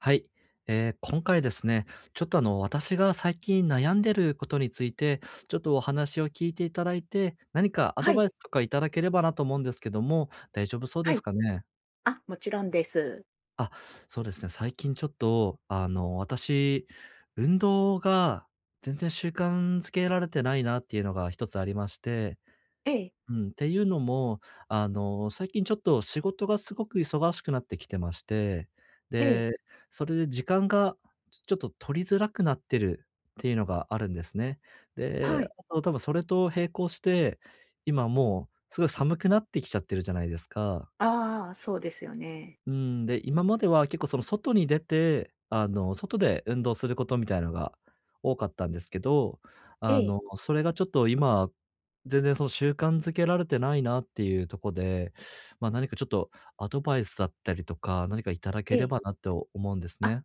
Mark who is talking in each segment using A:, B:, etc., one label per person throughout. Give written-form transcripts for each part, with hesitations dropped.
A: はい。今回ですね、ちょっと私が最近悩んでることについて、ちょっとお話を聞いていただいて、何かア
B: は
A: ドバ
B: い、
A: イスとかいただければなと思うんですけども、大丈夫そうで
B: は
A: す
B: い。
A: かね。
B: あ、もちろんです。
A: あ、そうですね。最近ちょっと、私、運動が全然習慣づけられてないなっていうのが一つありまして、
B: ええ、
A: うん、っていうのも、最近ちょっと仕事がすごく忙しくなってきてまして、
B: ええ、
A: で、それで時間がちょっと取りづらくなってるっていうのがあるんですね。
B: は
A: で、
B: い。
A: あと多分それと並行して、今もうすごい寒くなってきちゃってるじゃないですか。
B: ああ、そうですよね。
A: うん、で、今までは結構その外に出て、外で運動することみたいのが多かったんですけど、
B: ええ、
A: それがちょっと今、全然その習慣づけられてないなっていうとこで、ま、何かちょっとアドバイスだったりとか、何かいただけ
B: え
A: れ
B: え。
A: ばなって思うんです
B: あ、
A: ね。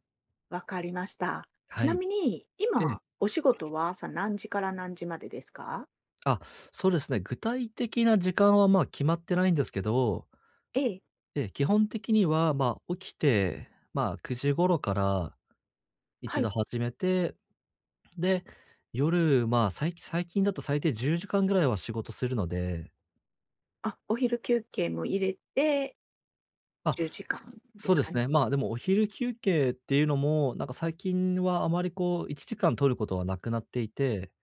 B: わかりました。
A: は
B: ちな
A: い。
B: みに、
A: ええ。
B: 今、お仕事は朝何時から何時までですか？
A: あ、そうですね。具体的な時間は、ま、決まってないんですけど、
B: ええ、
A: ええ、基本的には、ま、起きて、ま、9時頃から
B: は
A: 一度
B: い。
A: 始めて、で、夜、まあ、最近だと最低10時間ぐらいは仕事するので、
B: あ、お昼休憩も入れて
A: あ、
B: 10時間
A: そ
B: で
A: そう
B: す
A: で
B: か
A: す
B: ね。
A: ね。まあ、でもお昼休憩っていうのも、なんか最近はあまりこう1時間取ることはなくなっていて、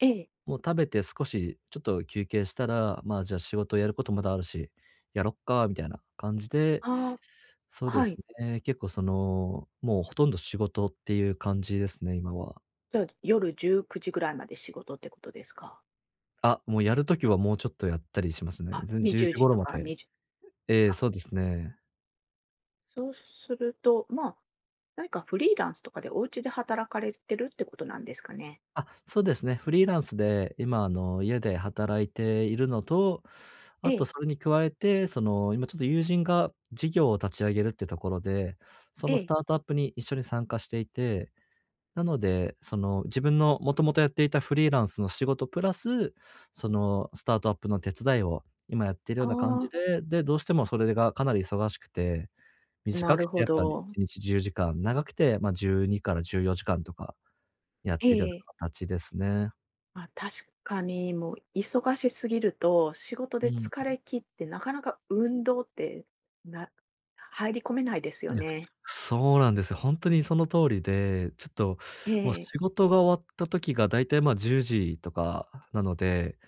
B: ええ、
A: もう食べて少しちょっと休憩したら、まあ、じゃあ仕事やることまだあるし、やろっかみたいな感じで、
B: ああ、
A: そうで
B: は
A: す
B: い。
A: ね。結構その、もうほとんど仕事っていう感じですね、今は。
B: じゃあ、夜19時ぐらいまで仕事ってことですか？
A: あ、もうやるときはもうちょっとやったりしますね。
B: あ、
A: 10
B: 20
A: 時
B: 時
A: 頃
B: と
A: ま
B: か
A: で。
B: 2時、
A: ええ、
B: あ、
A: そうですね。
B: そうすると、まあ何かフリーランスとかでお家で働かれてるってことなんですかね？
A: あ、そうですね。フリーランスで今、家で働いているのと、
B: え
A: あと
B: え、
A: それに加えて、その、今ちょっと友人が事業を立ち上げるってところで、そ
B: え
A: のス
B: え。
A: タートアップに一緒に参加していて、なので、その、自分のもともとやっていたフリーランスの仕事プラス、その、スタートアップの手伝いを今やっているよ
B: あ
A: うな感じ
B: あ、
A: で、で、どうしてもそれがかなり忙しくて、
B: な
A: 短く
B: る
A: て
B: ほ
A: やっぱ
B: ど。
A: 1日10時間、長くて、ま、12から14時間とかやっ
B: え
A: てるよう
B: え。
A: な形ですね。
B: まあ、確かに、もう忙しすぎると、仕事
A: う
B: で
A: ん。
B: 疲れ切って、なかなか運動って、な入り込めないですよ
A: いや、
B: ね。
A: そうなんですよ。ほんとにその通りで、ちょっと
B: え
A: もう
B: え、
A: 仕事が終わった時がだいたい、ま、10時とかなので、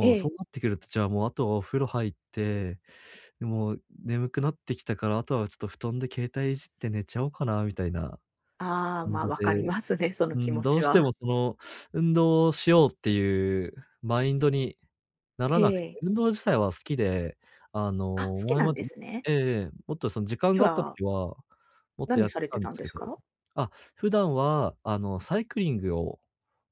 B: え
A: うそ
B: え。
A: うなってくると、じゃあ、もうあとはお風呂入って、で、もう眠くなってきたから、あとはちょっと布団で携帯いじって寝ちゃおうかなみたいな
B: ああ、
A: 感
B: ま、あ、
A: じ
B: わかり
A: で、
B: ますね、その
A: う
B: 気
A: ん、
B: 持
A: ど
B: ち
A: うして
B: は。
A: もその、運動をしようっていうマインドになら
B: え
A: なくて、
B: え。
A: 運動自体は好きで、
B: あ、好き
A: 前
B: なん
A: ま
B: で
A: で、
B: すね。
A: ええええ、もっとその時間
B: で
A: があった
B: は、
A: 時は、もっとや
B: 何
A: っ
B: さ
A: て
B: れ
A: た
B: て
A: んで
B: たん
A: す
B: で
A: け
B: す
A: ど、
B: か？
A: あ、普段は、サイクリングを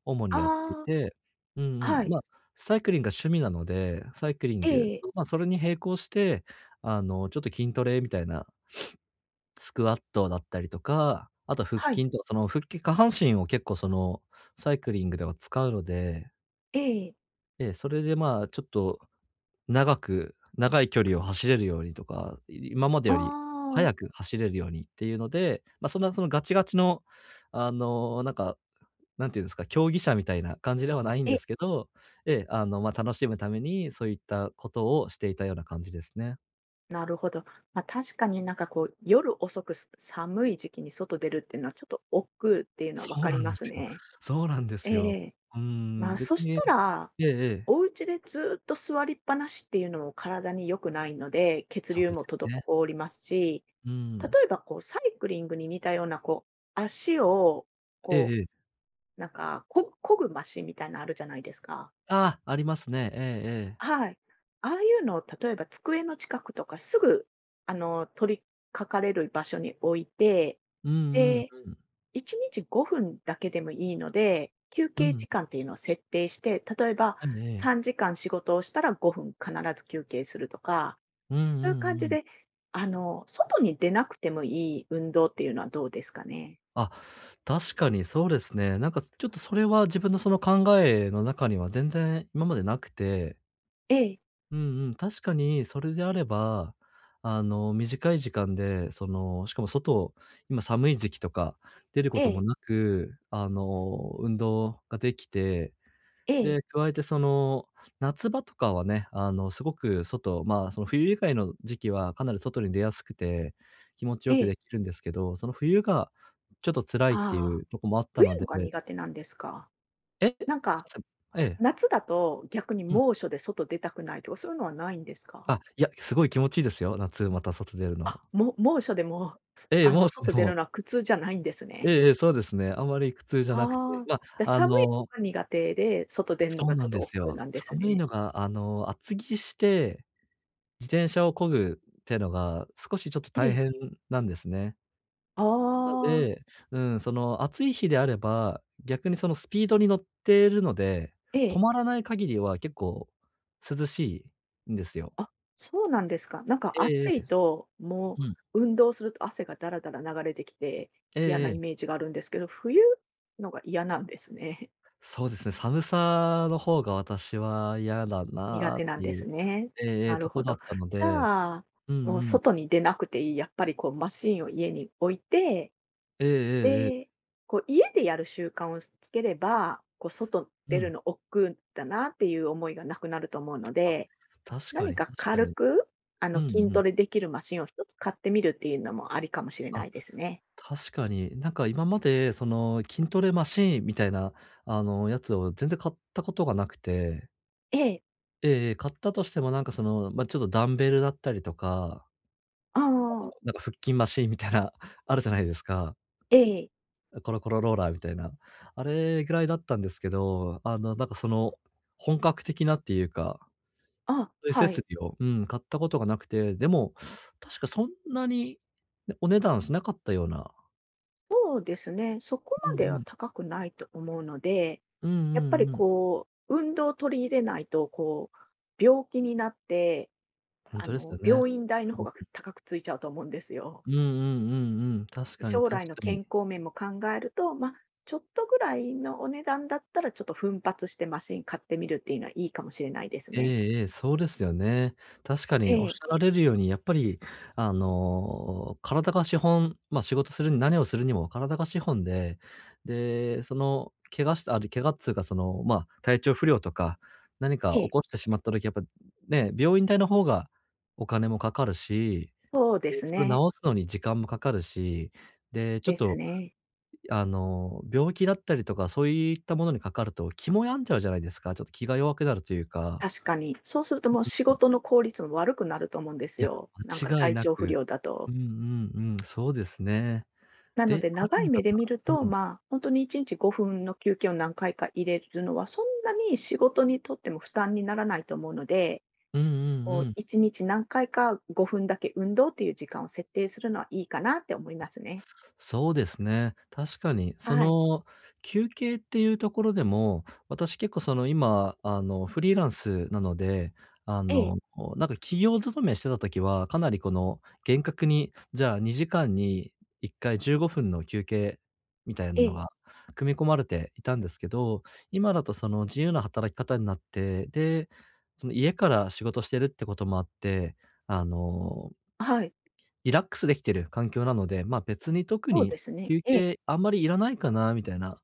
A: 主にやってい
B: ああ、
A: て、うんうん、
B: はい。
A: ま、サイクリングが趣味なので、サイクリン
B: え
A: グ、
B: え、
A: ま、それに並行して、ちょっと筋トレみたいな、スクワットだったりとか、あと腹
B: はい。
A: 筋とその腹筋下半身を結構その、サイクリングでは使うので、
B: ええ。
A: ええ、それでまあ、ちょっと長い距離を走れるようにとか、今まで
B: あ
A: より速
B: あ。
A: く走れるようにっていうので、ま、そんなそのガチガチの、あの、なんか、なんていうんですか、競技者みたいな感じではないん
B: え
A: です
B: え、
A: けど、ええ、ま、楽しむためにそういったことをしていたような感じですね。
B: なるほど。まあ、確かになんかこう、夜遅く、寒い時期に外出るっていうのはちょっと億劫っていうのは分
A: そう
B: か
A: な
B: り
A: ん
B: ま
A: で
B: す
A: すよ。
B: ね。
A: そうなんで
B: え
A: すよ。
B: え。
A: うー
B: ま
A: ん、
B: あ、
A: 別
B: そし
A: に
B: たら、
A: ええええ。
B: お家でずっと座りっぱなしっていうのも体に良くないので、血
A: そう
B: 流
A: です
B: も
A: よね。
B: 滞りますし、
A: うー
B: 例
A: ん。
B: えばこうサイクリングに似たようなこう、足を
A: ええ
B: こ
A: ええ。
B: う、なんか漕ぐマシンみたいなのあるじゃないですか。
A: ああ、ありますね。ええええ。
B: はい。ああいうのを例えば机の近くとかすぐ、あの、取り掛かれる場所に置いて、
A: うん
B: で、
A: うん、
B: 1日5分だけでもいいので、休
A: う
B: 憩
A: ん。
B: 時間っていうのを設定して、例えば
A: うん、ええええ。
B: 3時間仕事をしたら5分必ず休憩するとか、
A: うんうんうん、えええ
B: そ
A: え、
B: ういう感
A: うんうんう
B: じ
A: ん。
B: で、あの、外に出なくてもいい運動っていうのはどうですかね？
A: あ、確かにそうですね。なんかちょっとそれは自分のその考えの中には全然今までなくて、
B: ええ、
A: うんうん、確かにそれであれば、短い時間で、その、しかも外、今寒い時期とか出るこ
B: え
A: とも
B: え、
A: なく、運動ができて、
B: え
A: で、
B: え、
A: 加えてその、夏場とかはね、すごく外、まあ、その冬以外の時期はかなり外に出やすくて、気持ち
B: え
A: よく
B: え。
A: できるんですけど、その冬がちょっと辛いってい
B: ああ、
A: うとこもあった
B: どうい
A: の
B: うの
A: で、
B: が苦手なんですか？
A: え、すい
B: なん
A: ま
B: か
A: せん。ええ、
B: 夏だと、逆に
A: うん。
B: 猛暑で外出たくないとか、そういうのはないんですか？
A: あ、いや、すごい気持ちいいですよ、夏また外出るの。
B: あ、も猛暑でも、す、
A: ええ、
B: あ
A: 猛
B: の、
A: で
B: 外出
A: も
B: るのは苦痛じゃないんです
A: え
B: ね。
A: えええ、そうですね。あまり苦痛じゃなくて、
B: ああ、
A: ま、
B: じゃ、
A: あ
B: 寒い
A: の、
B: のが苦手で、外出んの
A: そう
B: が
A: な
B: ちょ
A: ん
B: っ
A: で
B: と億
A: す
B: 劫
A: よ。
B: なんです
A: 寒い
B: ね。
A: のが、厚着して自転車を漕ぐってのが少しちょっと
B: え
A: 大
B: え。
A: 変なんですね。
B: あ
A: なの
B: あ、
A: で、うん、その暑い日であれば、逆にそのスピードに乗ってるので、
B: え
A: 止
B: え。
A: まらない限りは結構涼しいんですよ。
B: あ、そうなんですか。なん
A: え
B: か
A: ええ
B: 暑
A: え、
B: いと、も
A: うん。
B: う運動すると汗がだらだら流れてきて、
A: え
B: 嫌
A: え
B: な
A: ええ。
B: イメージがあるんですけど、冬のが嫌なんですね。
A: そうですね、寒さの方が私は嫌だ
B: 苦
A: なっ
B: 手な
A: て
B: ん
A: い
B: で
A: う、
B: すね。
A: ええええ、
B: なる
A: とこ
B: ほ
A: だっ
B: ど。
A: たの
B: じ
A: で、
B: ゃあ、
A: うん
B: もう
A: うん、
B: 外に出なくていい、やっぱりこうマシーンを家に置いて、
A: えええええ
B: で、
A: え。
B: こう家でやる習慣をつければ、こう外
A: う
B: 出る
A: ん。
B: の億劫だなっていう思いがなくなると思うの
A: あ、
B: で、
A: 確か
B: 何
A: に
B: か
A: 確か
B: 軽
A: に。
B: く、あ
A: うん
B: の筋
A: うん。
B: トレできるマシンを一つ買ってみるっていうのもありかもしれ
A: あ、
B: ないですね。
A: 確かに。なんか今まで、その、筋トレマシーンみたいな、やつを全然買ったことがなくて。
B: ええ、
A: ええええ、買ったとしてもなんかその、ま、ちょっとダンベルだったりとか、
B: ああ、
A: なんか腹筋マシーンみたいな、あるじゃないですか。
B: ええ、
A: コロコロローラーみたいな。あれぐらいだったんですけど、本格的なっていうか、
B: あ、
A: そういう
B: は
A: 設
B: い。
A: 備を、うん、買ったことがなくて、でも、確かそんなに、ね、お値段しなかったような。
B: そうですね。そこ
A: う
B: ま
A: んう
B: では
A: ん。
B: 高くないと思うので、
A: うん
B: やっぱ
A: うん
B: り
A: うん。
B: こう、運動を取り入れないと、こう、病気になって、
A: ほん
B: あ
A: とですよ
B: の、
A: ね。
B: 病院代の
A: う
B: 方が
A: ん。
B: 高くついちゃうと思うんですよ。
A: うんうんうんうん。確かに
B: 将
A: 確
B: 来の
A: かに。
B: 健康面も考えると、まあ、ちょっとぐらいのお値段だったら、ちょっと奮発してマシン買ってみるっていうのはいいかもしれないです
A: え
B: ね。
A: えええ、そうですよね。確か
B: え
A: におっし
B: え、
A: ゃられるように、やっぱり、体が資本、まあ、仕事するに何をするにも体が資本で、で、その、怪我したあれ、怪我っつうか、その、まあ、体調不良とか、何か
B: え
A: 起
B: え、
A: こしてしまった時、やっぱね、病院代の方がお金もかかるし、
B: そうで
A: で、
B: す
A: それ
B: ね。
A: 治すのに時間もかかるし、で、ちょっ
B: です
A: と、
B: ね。
A: 病気だったりとか、そういったものにかかると気も病んじゃうじゃないですか。ちょっと気が弱くなるというか。
B: 確かに。そうするともう仕事の効率も悪くなると思うんです
A: いや、
B: よ。なんか
A: 間違い
B: 体
A: な
B: 調不
A: く。
B: 良だ
A: う
B: と。
A: んうんうん、そうですね。
B: なの
A: で、
B: で、
A: ある
B: 長
A: な
B: い
A: ら
B: 目で見る
A: ば
B: と、
A: うん。
B: まあ、ほんに1日5分の休憩を何回か入れるのは、そんなに仕事にとっても負担にならないと思うので、
A: うんうん
B: こ
A: う
B: う
A: ん。
B: 1日何回か5分だけ運動っていう時間を設定するのはいいかなって思いますね。
A: そうですね。確かに、そ
B: はい。
A: の、休憩っていうところでも、私結構その今、フリーランスなので、あ
B: え
A: の、
B: え、
A: なんか企業勤めしてた時は、かなりこの、厳格に、じゃあ2時間に1回15分の休憩みたいな
B: え
A: の
B: え、
A: が組み込まれていたんですけど、今だとその自由な働き方になって、で、その家から仕事してるってこともあって、あの、
B: はい、
A: リラックスできてる環境なので、まあ、別に特
B: そう
A: に
B: ですね。
A: 休
B: ええ、
A: 憩あんまりいらないかなみたいな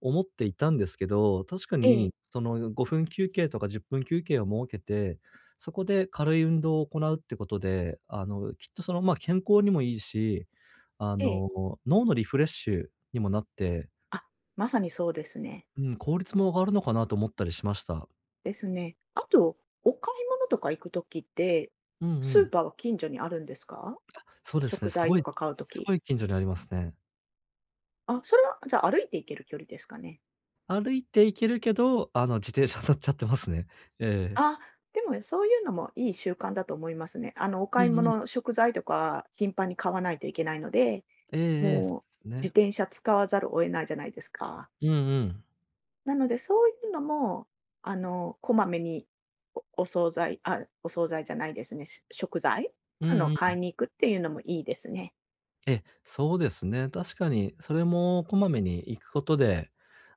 A: 思っていたんですけど、確か
B: え
A: に
B: え、
A: その5分休憩とか10分休憩を設けて、そこで軽い運動を行うってことで、きっとその、まあ、健康にもいいし、
B: ええ。
A: 脳のリフレッシュにもなって、
B: あ、まさにそうですね。
A: うん、効率も上がるのかなと思ったりしました。
B: ですね。あと、お買い物とか行くときって、
A: うんう
B: スー
A: ん。
B: パーは近所にあるんですか？
A: そうですね、
B: 食材とか買うと
A: す
B: き、
A: ごい近所にありますね。
B: あ、それは、じゃあ、歩いて行ける距離ですかね。
A: 歩いて行けるけど、自転車乗っちゃってますね。え
B: あ、
A: え。
B: でもそういうのもいい習慣だと思いますね。あの、お
A: う
B: 買い
A: んうん。
B: 物、食材とか頻繁に買わないといけないので、
A: ええええ、そう
B: もう
A: です
B: 自
A: ね。
B: 転車使わざるを得ないじゃないですか。
A: うんうん。
B: なので、そういうのも、あの、こまめにお惣菜、あ、お惣菜じゃないですね、食材、
A: う
B: あ
A: ん
B: の、
A: う
B: 買い
A: ん。
B: に行くっていうのもいいですね。
A: え、そうですね。確かにそれもこまめに行くことで、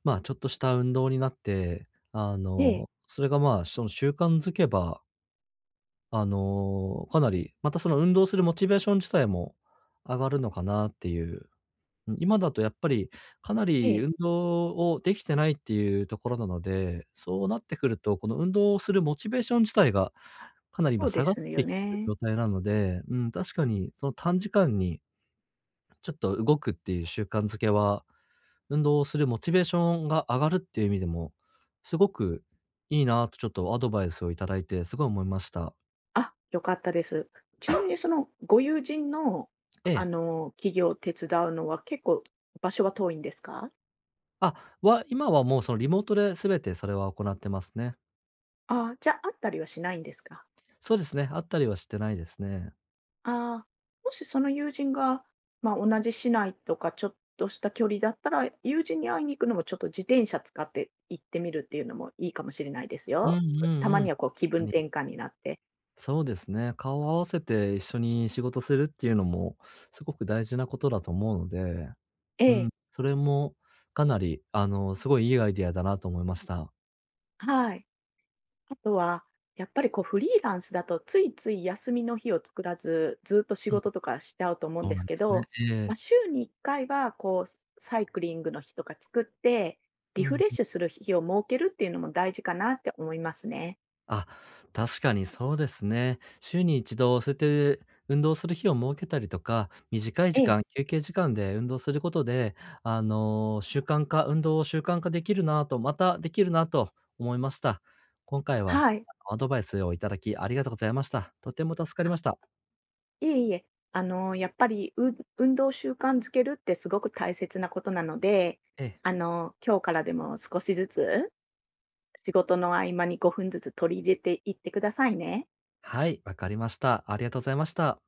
A: まあ、ちょっとした運動になって、
B: ええ、
A: それが、まあ、その習慣づけば、かなり、またその運動するモチベーション自体も上がるのかなっていう、うん、今だとやっぱりかな
B: え
A: り
B: え、
A: 運動をできてないっていうところなので、そうなってくると、この運動をするモチベーション自体がかなり今
B: そうで
A: 下がっ
B: すよ
A: てきてる
B: ね。
A: 状態なので、うん、確かにその短時間にちょっと動くっていう習慣づけは、運動をするモチベーションが上がるっていう意味でも、すごくいいなとちょっとアドバイスをいただいてすごい思いました。
B: あ、良かったです。ちなみにそのご友人の、
A: え
B: あ
A: え。
B: の、企業を手伝うのは結構場所は遠いんですか？
A: あ、今はもうそのリモートで全てそれは行ってますね。
B: ああ、じゃ、会ったりはしないんですか？
A: そうですね、あったりはしてないですね。
B: ああ、もしその友人が、まあ、同じ市内とかちょっとした距離だったら、友人に会いに行くのもちょっと自転車使って行ってみるっていうのもいいかもしれないです
A: う
B: よ。
A: んう
B: た
A: ん
B: ま
A: うん。
B: にはこう気
A: 確か
B: 分
A: に。
B: 転換になって。
A: そうですね。顔を合わせて一緒に仕事するっていうのも、すごく大事なことだと思うので、
B: え
A: うん、
B: え、
A: それもかなり、すごいいいアイディアだなと思いました。
B: はい。あとは、やっぱりこうフリーランスだとついつい休みの日を作らず、ずっと仕
A: う
B: 事
A: ん、
B: とかしちゃうと思うん
A: そう
B: で
A: な
B: す
A: んで
B: け
A: すね。
B: ど、
A: え
B: まあ、
A: え。
B: 週に1回はこうサイクリングの日とか作って、
A: う
B: リフ
A: ん、
B: レッシュする日を設けるっていうのも大事かなって思いますね。
A: あ、確かにそうですね。週に一度、そうやって運動する日を設けたりとか、短い時
B: ええ、
A: 間、休憩時間で運動することで、習慣化運動を習慣化できるなと、できるなと思いました。今回は
B: はい。
A: あのアドバイスをいただきありがとうございました。とても助かりました。
B: いえいえ、あの、やっぱり、運動習慣づけるってすごく大切なことなので、
A: ええ、
B: あの、今日からでも少しずつ、仕事の合間に5分ずつ取り入れていってくださいね。
A: はい、わかりました。ありがとうございました。